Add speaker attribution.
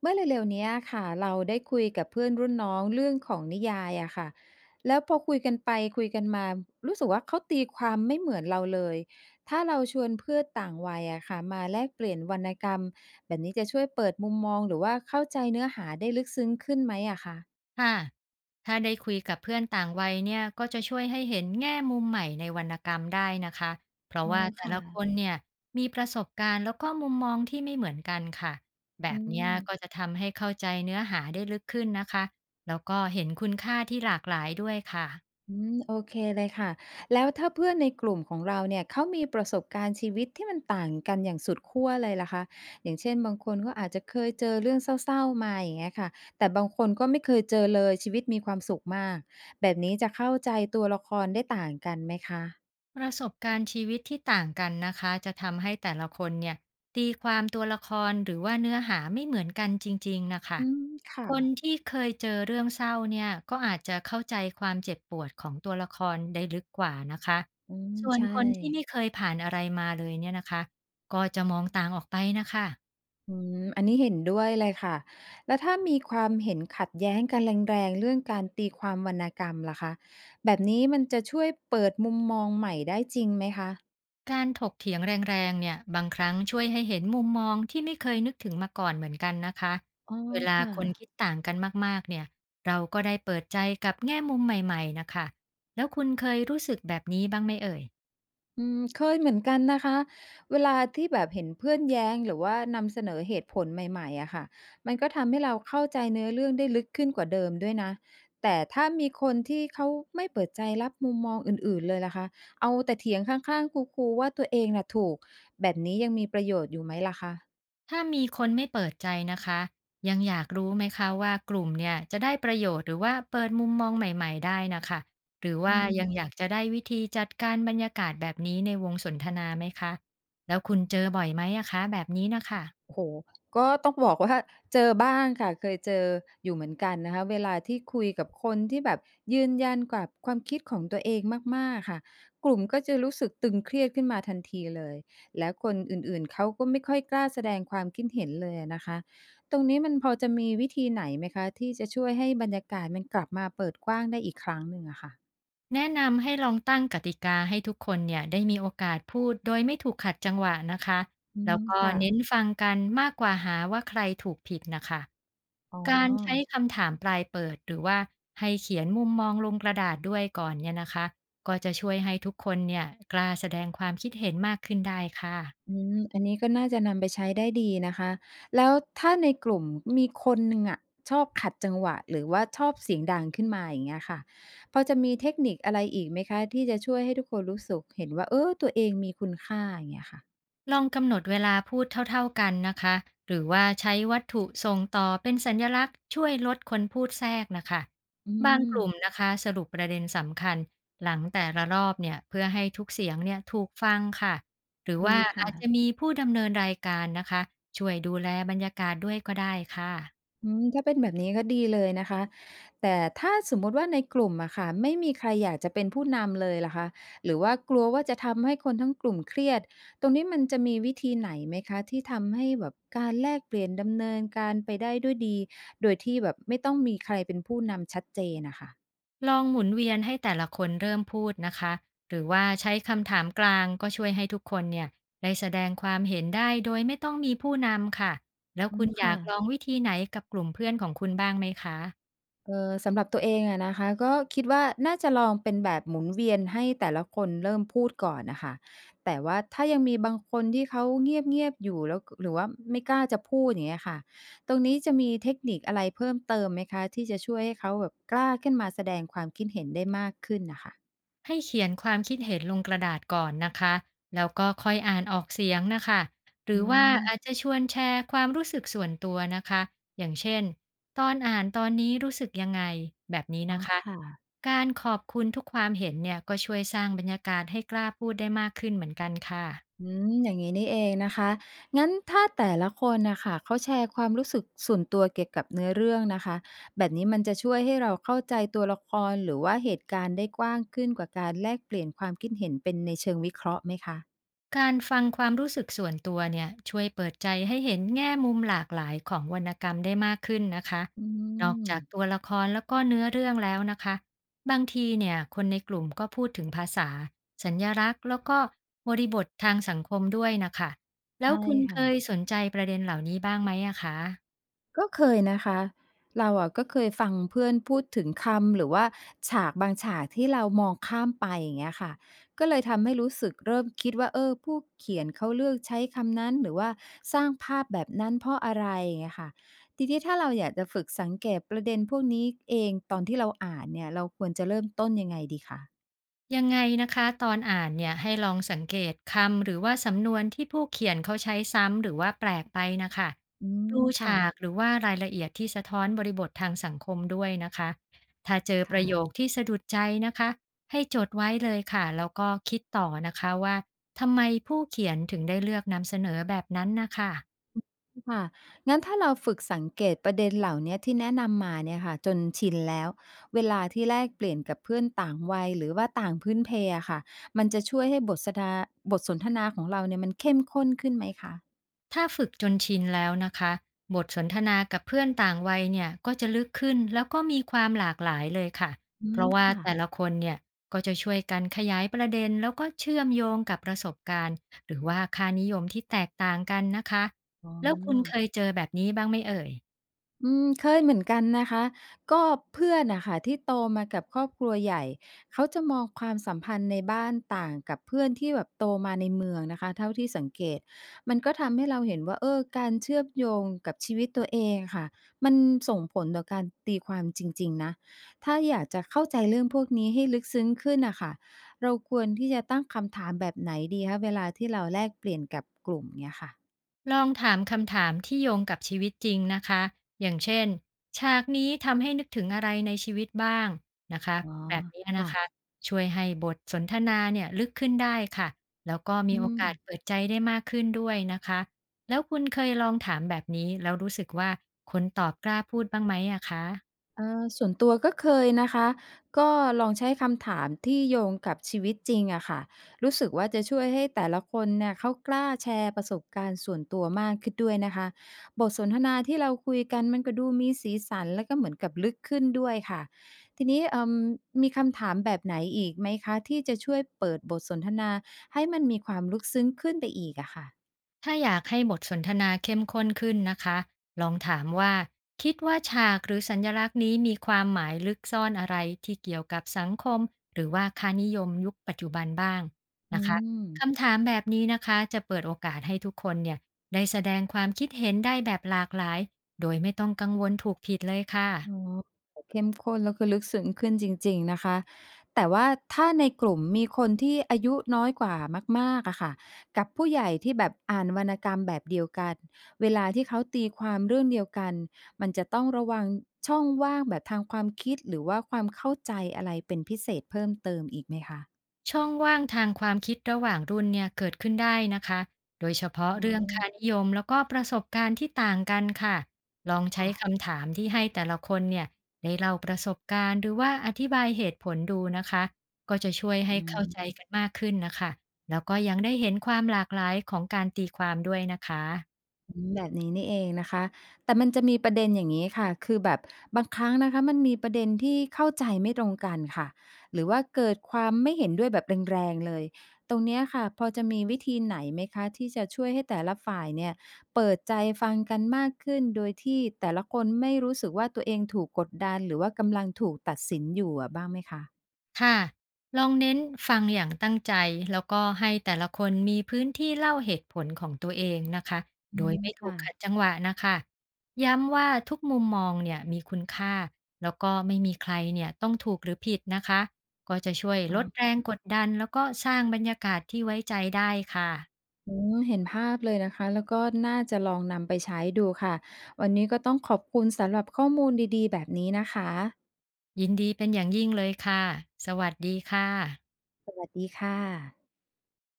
Speaker 1: เมื่อเร็วๆเนี้ยค่ะเราได้คุยกับเพื่อนรุ่นน้องเรื่องของนิยายอะค่ะแล้วพอคุยกันไปคุยกันมารู้สึกว่าเขาตีความไม่เหมือนเราเลยถ้าเราชวนเพื่อนต่างวัยอะค่ะมาแลกเปลี่ยนวรรณกรรมแบบนี้จะช่วยเปิดมุมมองหรือว่าเข้าใจเนื้อหาได้ลึกซึ้งขึ้นไหมอะคะ
Speaker 2: ค่ะถ้าได้คุยกับเพื่อนต่างวัยเนี่ยก็จะช่วยให้เห็นแง่มุมใหม่ในวรรณกรรมได้นะคะเพราะ
Speaker 1: อ๋อ
Speaker 2: ว่าแต่
Speaker 1: ค่ะ
Speaker 2: ละคนเนี่ยมีประสบการณ์แล้วก็มุมมองที่ไม่เหมือนกันค่ะแบบ
Speaker 1: อื
Speaker 2: เนี้ย
Speaker 1: ม
Speaker 2: ก็จะทำให้เข้าใจเนื้อหาได้ลึกขึ้นนะคะแล้วก็เห็นคุณค่าที่หลากหลายด้วยค่ะ
Speaker 1: อืมโอเคเลยค่ะแล้วถ้าเพื่อนในกลุ่มของเราเนี่ยเขามีประสบการณ์ชีวิตที่มันต่างกันอย่างสุดขั้วเลยล่ะคะอย่างเช่นบางคนก็อาจจะเคยเจอเรื่องเศร้าๆมาอย่างเงี้ยค่ะแต่บางคนก็ไม่เคยเจอเลยชีวิตมีความสุขมากแบบนี้จะเข้าใจตัวละครได้ต่างกันไหมคะ
Speaker 2: ประสบการณ์ชีวิตที่ต่างกันนะคะจะทำให้แต่ละคนเนี่ยตีความตัวละครหรือว่าเนื้อหาไม่เหมือนกันจริงๆนะคะ
Speaker 1: อืมค่ะ
Speaker 2: คนที่เคยเจอเรื่องเศร้าเนี่ยก็อาจจะเข้าใจความเจ็บปวดของตัวละครได้ลึกกว่านะคะ
Speaker 1: อืม
Speaker 2: ส่วน
Speaker 1: ใช่
Speaker 2: คนที่ไม่เคยผ่านอะไรมาเลยเนี่ยนะคะก็จะมองต่างออกไปนะคะ
Speaker 1: อืมอันนี้เห็นด้วยเลยค่ะ แล้วถ้ามีความเห็นขัดแย้งกันแรงๆ เรื่องการตีความวรรณกรรมล่ะคะแบบนี้มันจะช่วยเปิดมุมมองใหม่ได้จริงไหมคะ
Speaker 2: การถกเถียงแรงๆเนี่ยบางครั้งช่วยให้เห็นมุมมองที่ไม่เคยนึกถึงมาก่อนเหมือนกันนะคะ
Speaker 1: อ๋อ
Speaker 2: เวลา
Speaker 1: ค่ะ
Speaker 2: คนคิดต่างกันมากๆเนี่ยเราก็ได้เปิดใจกับแง่มุมใหม่ๆนะคะแล้วคุณเคยรู้สึกแบบนี้บ้างไหมเอ่ย
Speaker 1: อืมเคยเหมือนกันนะคะเวลาที่แบบเห็นเพื่อนแย้งหรือว่านำเสนอเหตุผลใหม่ๆอะค่ะมันก็ทำให้เราเข้าใจเนื้อเรื่องได้ลึกขึ้นกว่าเดิมด้วยนะแต่ถ้ามีคนที่เขาไม่เปิดใจรับมุมมองอื่นๆเลยล่ะคะเอาแต่เถียงข้างๆคูๆว่าตัวเองน่ะถูกแบบนี้ยังมีประโยชน์อยู่ไหมล่ะคะ
Speaker 2: ถ้ามีคนไม่เปิดใจนะคะยังอยากรู้ไหมคะว่ากลุ่มเนี่ยจะได้ประโยชน์หรือว่าเปิดมุมมองใหม่ๆได้นะคะหรือ
Speaker 1: อื
Speaker 2: ว่า
Speaker 1: ม
Speaker 2: ยังอยากจะได้วิธีจัดการบรรยากาศแบบนี้ในวงสนทนาไหมคะแล้วคุณเจอบ่อยไหมอะคะแบบนี้นะค่ะ
Speaker 1: โอ้โฮก็ต้องบอกว่าเจอบ้างค่ะ เคยเจออยู่เหมือนกันนะคะเวลาที่คุยกับคนที่แบบยืนยันกับความคิดของตัวเองมากๆค่ะ กลุ่มก็จะรู้สึกตึงเครียดขึ้นมาทันทีเลย แล้วคนอื่นๆเขาก็ไม่ค่อยกล้าแสดงความคิดเห็นเลยอะนะคะตรงนี้มันพอจะมีวิธีไหนไหมคะที่จะช่วยให้บรรยากาศมันกลับมาเปิดกว้างได้อีกครั้งหนึ่งอะค่ะ
Speaker 2: แนะนำให้ลองตั้งกติกาให้ทุกคนเนี่ยได้มีโอกาสพูดโดยไม่ถูกขัดจังหวะนะคะ
Speaker 1: อื
Speaker 2: แล้ว
Speaker 1: ม
Speaker 2: ก็
Speaker 1: ค่ะ
Speaker 2: เน้นฟังกันมากกว่าหาว่าใครถูกผิดนะคะ
Speaker 1: อ๋อ
Speaker 2: การใช้คำถามปลายเปิดหรือว่าให้เขียนมุมมองลงกระดาษด้วยก่อนเนี่ยนะคะก็จะช่วยให้ทุกคนเนี่ยกล้าแสดงความคิดเห็นมากขึ้นได้ค่ะ
Speaker 1: อืมอันนี้ก็น่าจะนำไปใช้ได้ดีนะคะแล้วถ้าในกลุ่มมีคนหนึ่งอะชอบขัดจังหวะหรือว่าชอบเสียงดังขึ้นมาอย่างเงี้ยค่ะพอจะมีเทคนิคอะไรอีกไหมคะที่จะช่วยให้ทุกคนรู้สึกเห็นว่าเออตัวเองมีคุณค่าอย่างเงี้ยค่ะ
Speaker 2: ลองกำหนดเวลาพูดเท่าๆกันนะคะหรือว่าใช้วัตถุส่งต่อเป็นสัญลักษณ์ช่วยลดคนพูดแทรกนะคะ
Speaker 1: อื
Speaker 2: บางกลุ่ม
Speaker 1: ม
Speaker 2: นะคะสรุปประเด็นสำคัญหลังแต่ละรอบเนี่ยเพื่อให้ทุกเสียงเนี่ยถูกฟังค่ะหรือ
Speaker 1: ดี
Speaker 2: ว่าอา
Speaker 1: ค่ะ
Speaker 2: จจะมีผู้ดำเนินรายการนะคะช่วยดูแลบรรยากาศด้วยก็ได้ค่ะ
Speaker 1: อืมถ้าเป็นแบบนี้ก็ดีเลยนะคะแต่ถ้าสมมุติว่าในกลุ่มอะค่ะไม่มีใครอยากจะเป็นผู้นำเลยล่ะคะหรือว่ากลัวว่าจะทำให้คนทั้งกลุ่มเครียดตรงนี้มันจะมีวิธีไหนไหมคะที่ทำให้แบบการแลกเปลี่ยนดำเนินการไปได้ด้วยดีโดยที่แบบไม่ต้องมีใครเป็นผู้นำชัดเจนนะคะ
Speaker 2: ลองหมุนเวียนให้แต่ละคนเริ่มพูดนะคะ หรือว่าใช้คำถามกลางก็ช่วยให้ทุกคนเนี่ยได้แสดงความเห็นได้โดยไม่ต้องมีผู้นำค่ะ แล้ว
Speaker 1: อื
Speaker 2: คุ
Speaker 1: ม
Speaker 2: ณอยา
Speaker 1: ค่ะ
Speaker 2: กลองวิธีไหนกับกลุ่มเพื่อนของคุณบ้างไหมคะ
Speaker 1: สำหรับตัวเองอะนะคะก็คิดว่าน่าจะลองเป็นแบบหมุนเวียนให้แต่ละคนเริ่มพูดก่อนน่ะค่ะแต่ว่าถ้ายังมีบางคนที่เขาเงียบๆอยู่แล้วกหรือว่าไม่กล้าจะพูดอย่างเงี้ยค่ะตรงนี้จะมีเทคนิคอะไรเพิ่มเติมไหมคะที่จะช่วยให้เขาแบบกล้าขึ้นมาแสดงความคิดเห็นได้มากขึ้นน่ะค่ะ
Speaker 2: ให้เขียนความคิดเห็นลงกระดาษก่อนนะคะ แล้วก็ค่อยอ่านออกเสียงนะคะ หรื
Speaker 1: อื
Speaker 2: อว่าอาจ
Speaker 1: ม
Speaker 2: จะชวนแชร์ความรู้สึกส่วนตัวนะคะ อย่างเช่น ตอนอ่านตอนนี้รู้สึกยังไง แบบนี้
Speaker 1: อ๋อ
Speaker 2: นะคะ
Speaker 1: ค่ะ
Speaker 2: การขอบคุณทุกความเห็นเนี่ยก็ช่วยสร้างบรรยากาศให้กล้าพูดได้มากขึ้นเหมือนกันค่ะ
Speaker 1: อืมอย่างนี้นี่เองนะคะ งั้นถ้าแต่ละคนนะคะเขาแชร์ความรู้สึกส่วนตัวเกี่ยวกับเนื้อเรื่องนะคะแบบนี้มันจะช่วยให้เราเข้าใจตัวละครหรือว่าเหตุการณ์ได้กว้างขึ้นกว่าการแลกเปลี่ยนความคิดเห็นเป็นในเชิงวิเคราะห์ไหมคะ
Speaker 2: การฟังความรู้สึกส่วนตัวเนี่ยช่วยเปิดใจให้เห็นแง่มุมหลากหลายของวรรณกรรมได้มากขึ้นนะคะ
Speaker 1: อื
Speaker 2: นอก
Speaker 1: ม
Speaker 2: จากตัวละครแล้วก็เนื้อเรื่องแล้วนะคะบางทีเนี่ยคนในกลุ่มก็พูดถึงภาษาสัญญลักษณ์แล้วก็บริบททางสังคมด้วยนะคะแล้ว
Speaker 1: ใช่
Speaker 2: คุณเค
Speaker 1: ค่ะ
Speaker 2: ยสนใจประเด็นเหล่านี้บ้างไหมอะคะ
Speaker 1: ก็เคยนะคะเราอะก็เคยฟังเพื่อนพูดถึงคำหรือว่าฉากบางฉากที่เรามองข้ามไปอย่างเงี้ยค่ะก็เลยทำให้รู้สึกเริ่มคิดว่าเออผู้เขียนเขาเลือกใช้คำนั้นหรือว่าสร้างภาพแบบนั้นเพราะอะไรอย่างเงี้ยค่ะทีนี้ถ้าเราอยากจะฝึกสังเกตประเด็นพวกนี้เองตอนที่เราอ่านเนี่ยเราควรจะเริ่มต้นยังไงดีคะ
Speaker 2: ยังไงนะคะตอนอ่านเนี่ยให้ลองสังเกตคำหรือว่าสำนวนที่ผู้เขียนเขาใช้ซ้ำหรือว่าแปลกไปนะคะ
Speaker 1: อืม
Speaker 2: ดู
Speaker 1: ค่ะ
Speaker 2: ฉากหรือว่ารายละเอียดที่สะท้อนบริบททางสังคมด้วยนะคะถ้าเจอป
Speaker 1: ค่ะ
Speaker 2: ระโยคที่สะดุดใจนะคะให้จดไว้เลยค่ะแล้วก็คิดต่อนะคะว่าทำไมผู้เขียนถึงได้เลือกนำเสนอแบบนั้นนะคะ
Speaker 1: ค่ะ งั้นถ้าเราฝึกสังเกตประเด็นเหล่าเนี้ยที่แนะนำมาเนี่ยค่ะจนชินแล้ว เวลาที่แลกเปลี่ยนกับเพื่อนต่างวัยหรือว่าต่างพื้นเพอะค่ะ มันจะช่วยให้บทสนทนาของเราเนี่ยมันเข้มข้นขึ้นไหมคะ
Speaker 2: ถ้าฝึกจนชินแล้วนะคะบทสนทนากับเพื่อนต่างวัยเนี่ยก็จะลึกขึ้นแล้วก็มีความหลากหลายเลยค่ะ
Speaker 1: อื
Speaker 2: เพ
Speaker 1: ม
Speaker 2: ราะว่า
Speaker 1: ค่ะ
Speaker 2: แต่ละคนเนี่ยก็จะช่วยกันขยายประเด็นแล้วก็เชื่อมโยงกับประสบการณ์หรือว่าค่านิยมที่แตกต่างกันนะคะ
Speaker 1: อ๋อ
Speaker 2: แล้วคุณเคยเจอแบบนี้บ้างไหมเอ่ย
Speaker 1: อืมเคยเหมือนกันนะคะก็เพื่อนน่ะค่ะที่โตมากับครอบครัวใหญ่เขาจะมองความสัมพันธ์ในบ้านต่างกับเพื่อนที่แบบโตมาในเมืองนะคะเท่าที่สังเกตมันก็ทำให้เราเห็นว่าเออการเชื่อมโยงกับชีวิตตัวเองอะค่ะมันส่งผลต่อการตีความจริงๆนะถ้าอยากจะเข้าใจเรื่องพวกนี้ให้ลึกซึ้งขึ้นน่ะค่ะเราควรที่จะตั้งคำถามแบบไหนดีคะเวลาที่เราแลกเปลี่ยนกับกลุ่มเงี้ยค่ะ
Speaker 2: ลองถามคำถามที่โยงกับชีวิตจริงนะคะอย่างเช่นฉากนี้ทำให้นึกถึงอะไรในชีวิตบ้างนะคะ
Speaker 1: อ๋อ
Speaker 2: แบบนี้นะ
Speaker 1: ค่ะ
Speaker 2: คะช่วยให้บทสนทนาเนี่ยลึกขึ้นได้ค่ะแล้วก็มี
Speaker 1: อื
Speaker 2: โอ
Speaker 1: ม
Speaker 2: กาสเปิดใจได้มากขึ้นด้วยนะคะแล้วคุณเคยลองถามแบบนี้แล้วรู้สึกว่าคนตอบกล้าพูดบ้างไหมอะคะ
Speaker 1: ส่วนตัวก็เคยนะคะก็ลองใช้คำถามที่โยงกับชีวิตจริงอะค่ะรู้สึกว่าจะช่วยให้แต่ละคนเนี่ยเขากล้าแชร์ประสบการณ์ส่วนตัวมากขึ้นด้วยนะคะบทสนทนาที่เราคุยกันมันก็ดูมีสีสันแล้วก็เหมือนกับลึกขึ้นด้วยค่ะทีนี้เอ่มมีคำถามแบบไหนอีกไหมคะที่จะช่วยเปิดบทสนทนาให้มันมีความลึกซึ้งขึ้นไปอีกอะค่ะ
Speaker 2: ถ้าอยากให้บทสนทนาเข้มข้นขึ้นนะคะ ลองถามว่าคิดว่าฉากหรือสัญลักษณ์นี้มีความหมายลึกซ่อนอะไรที่เกี่ยวกับสังคมหรือว่าค่านิยมยุคปัจจุบันบ้าง
Speaker 1: อื
Speaker 2: นะคะ
Speaker 1: ม
Speaker 2: คำถามแบบนี้นะคะจะเปิดโอกาสให้ทุกคนเนี่ยได้แสดงความคิดเห็นได้แบบหลากหลายโดยไม่ต้องกังวลถูกผิดเลยค่ะ
Speaker 1: อ๋อเข้มข้นแล้วคือลึกซึ้งขึ้นจริงๆนะคะแต่ว่าถ้าในกลุ่มมีคนที่อายุน้อยกว่ามากๆอะค่ะกับผู้ใหญ่ที่แบบอ่านวรรณกรรมแบบเดียวกันเวลาที่เขาตีความเรื่องเดียวกันมันจะต้องระวังช่องว่างแบบทางความคิดหรือว่าความเข้าใจอะไรเป็นพิเศษเพิ่มเติมอีกไหมคะ
Speaker 2: ช่องว่างทางความคิดระหว่างรุ่นเนี่ยเกิดขึ้นได้นะคะ โดยเฉพาะ
Speaker 1: อ๋อ
Speaker 2: เรื่องค่านิยมแล้วก็ประสบการณ์ที่ต่างกันค่ะ ลองใช้
Speaker 1: ค่ะ
Speaker 2: คำถามที่ให้แต่ละคนเนี่ยได้เล่าประสบการณ์หรือว่าอธิบายเหตุผลดูนะคะ ก็จะช่วยให้
Speaker 1: อื
Speaker 2: เข้าใจ
Speaker 1: ม
Speaker 2: กันมากขึ้นนะคะ แล้วก็ยังได้เห็นความหลากหลายของการตีความด้วยนะคะ
Speaker 1: อืมแบบนี้นี่เองนะคะแต่มันจะมีประเด็นอย่างงี้ค่ะคือแบบบางครั้งนะคะมันมีประเด็นที่เข้าใจไม่ตรงกันค่ะหรือว่าเกิดความไม่เห็นด้วยแบบแรงๆเลยตรงเนี้ยค่ะพอจะมีวิธีไหนไหมคะที่จะช่วยให้แต่ละฝ่ายเนี่ยเปิดใจฟังกันมากขึ้นโดยที่แต่ละคนไม่รู้สึกว่าตัวเองถูกกดดันหรือว่ากำลังถูกตัดสินอยู่อะบ้างไหมคะ
Speaker 2: ค่ะลองเน้นฟังอย่างตั้งใจแล้วก็ให้แต่ละคนมีพื้นที่เล่าเหตุผลของตัวเองนะคะ
Speaker 1: อื
Speaker 2: โดย
Speaker 1: ม
Speaker 2: ไม่ถู
Speaker 1: ค่ะ
Speaker 2: กขัดจังหวะนะคะย้ำว่าทุกมุมมองเนี่ยมีคุณค่าแล้วก็ไม่มีใครเนี่ยต้องถูกหรือผิดนะคะก็จะช่วย
Speaker 1: อ๋อ
Speaker 2: ลดแรงกดดันแล้วก็สร้างบรรยากาศที่ไว้ใจได้ค่ะ
Speaker 1: อืมเห็นภาพเลยนะคะแล้วก็น่าจะลองนำไปใช้ดูค่ะวันนี้ก็ต้องขอบคุณสำหรับข้อมูลดีๆแบบนี้นะคะ
Speaker 2: ยินดีเป็นอย่างยิ่งเลยค่ะสวัสดีค่ะ
Speaker 1: สวัสดีค่ะ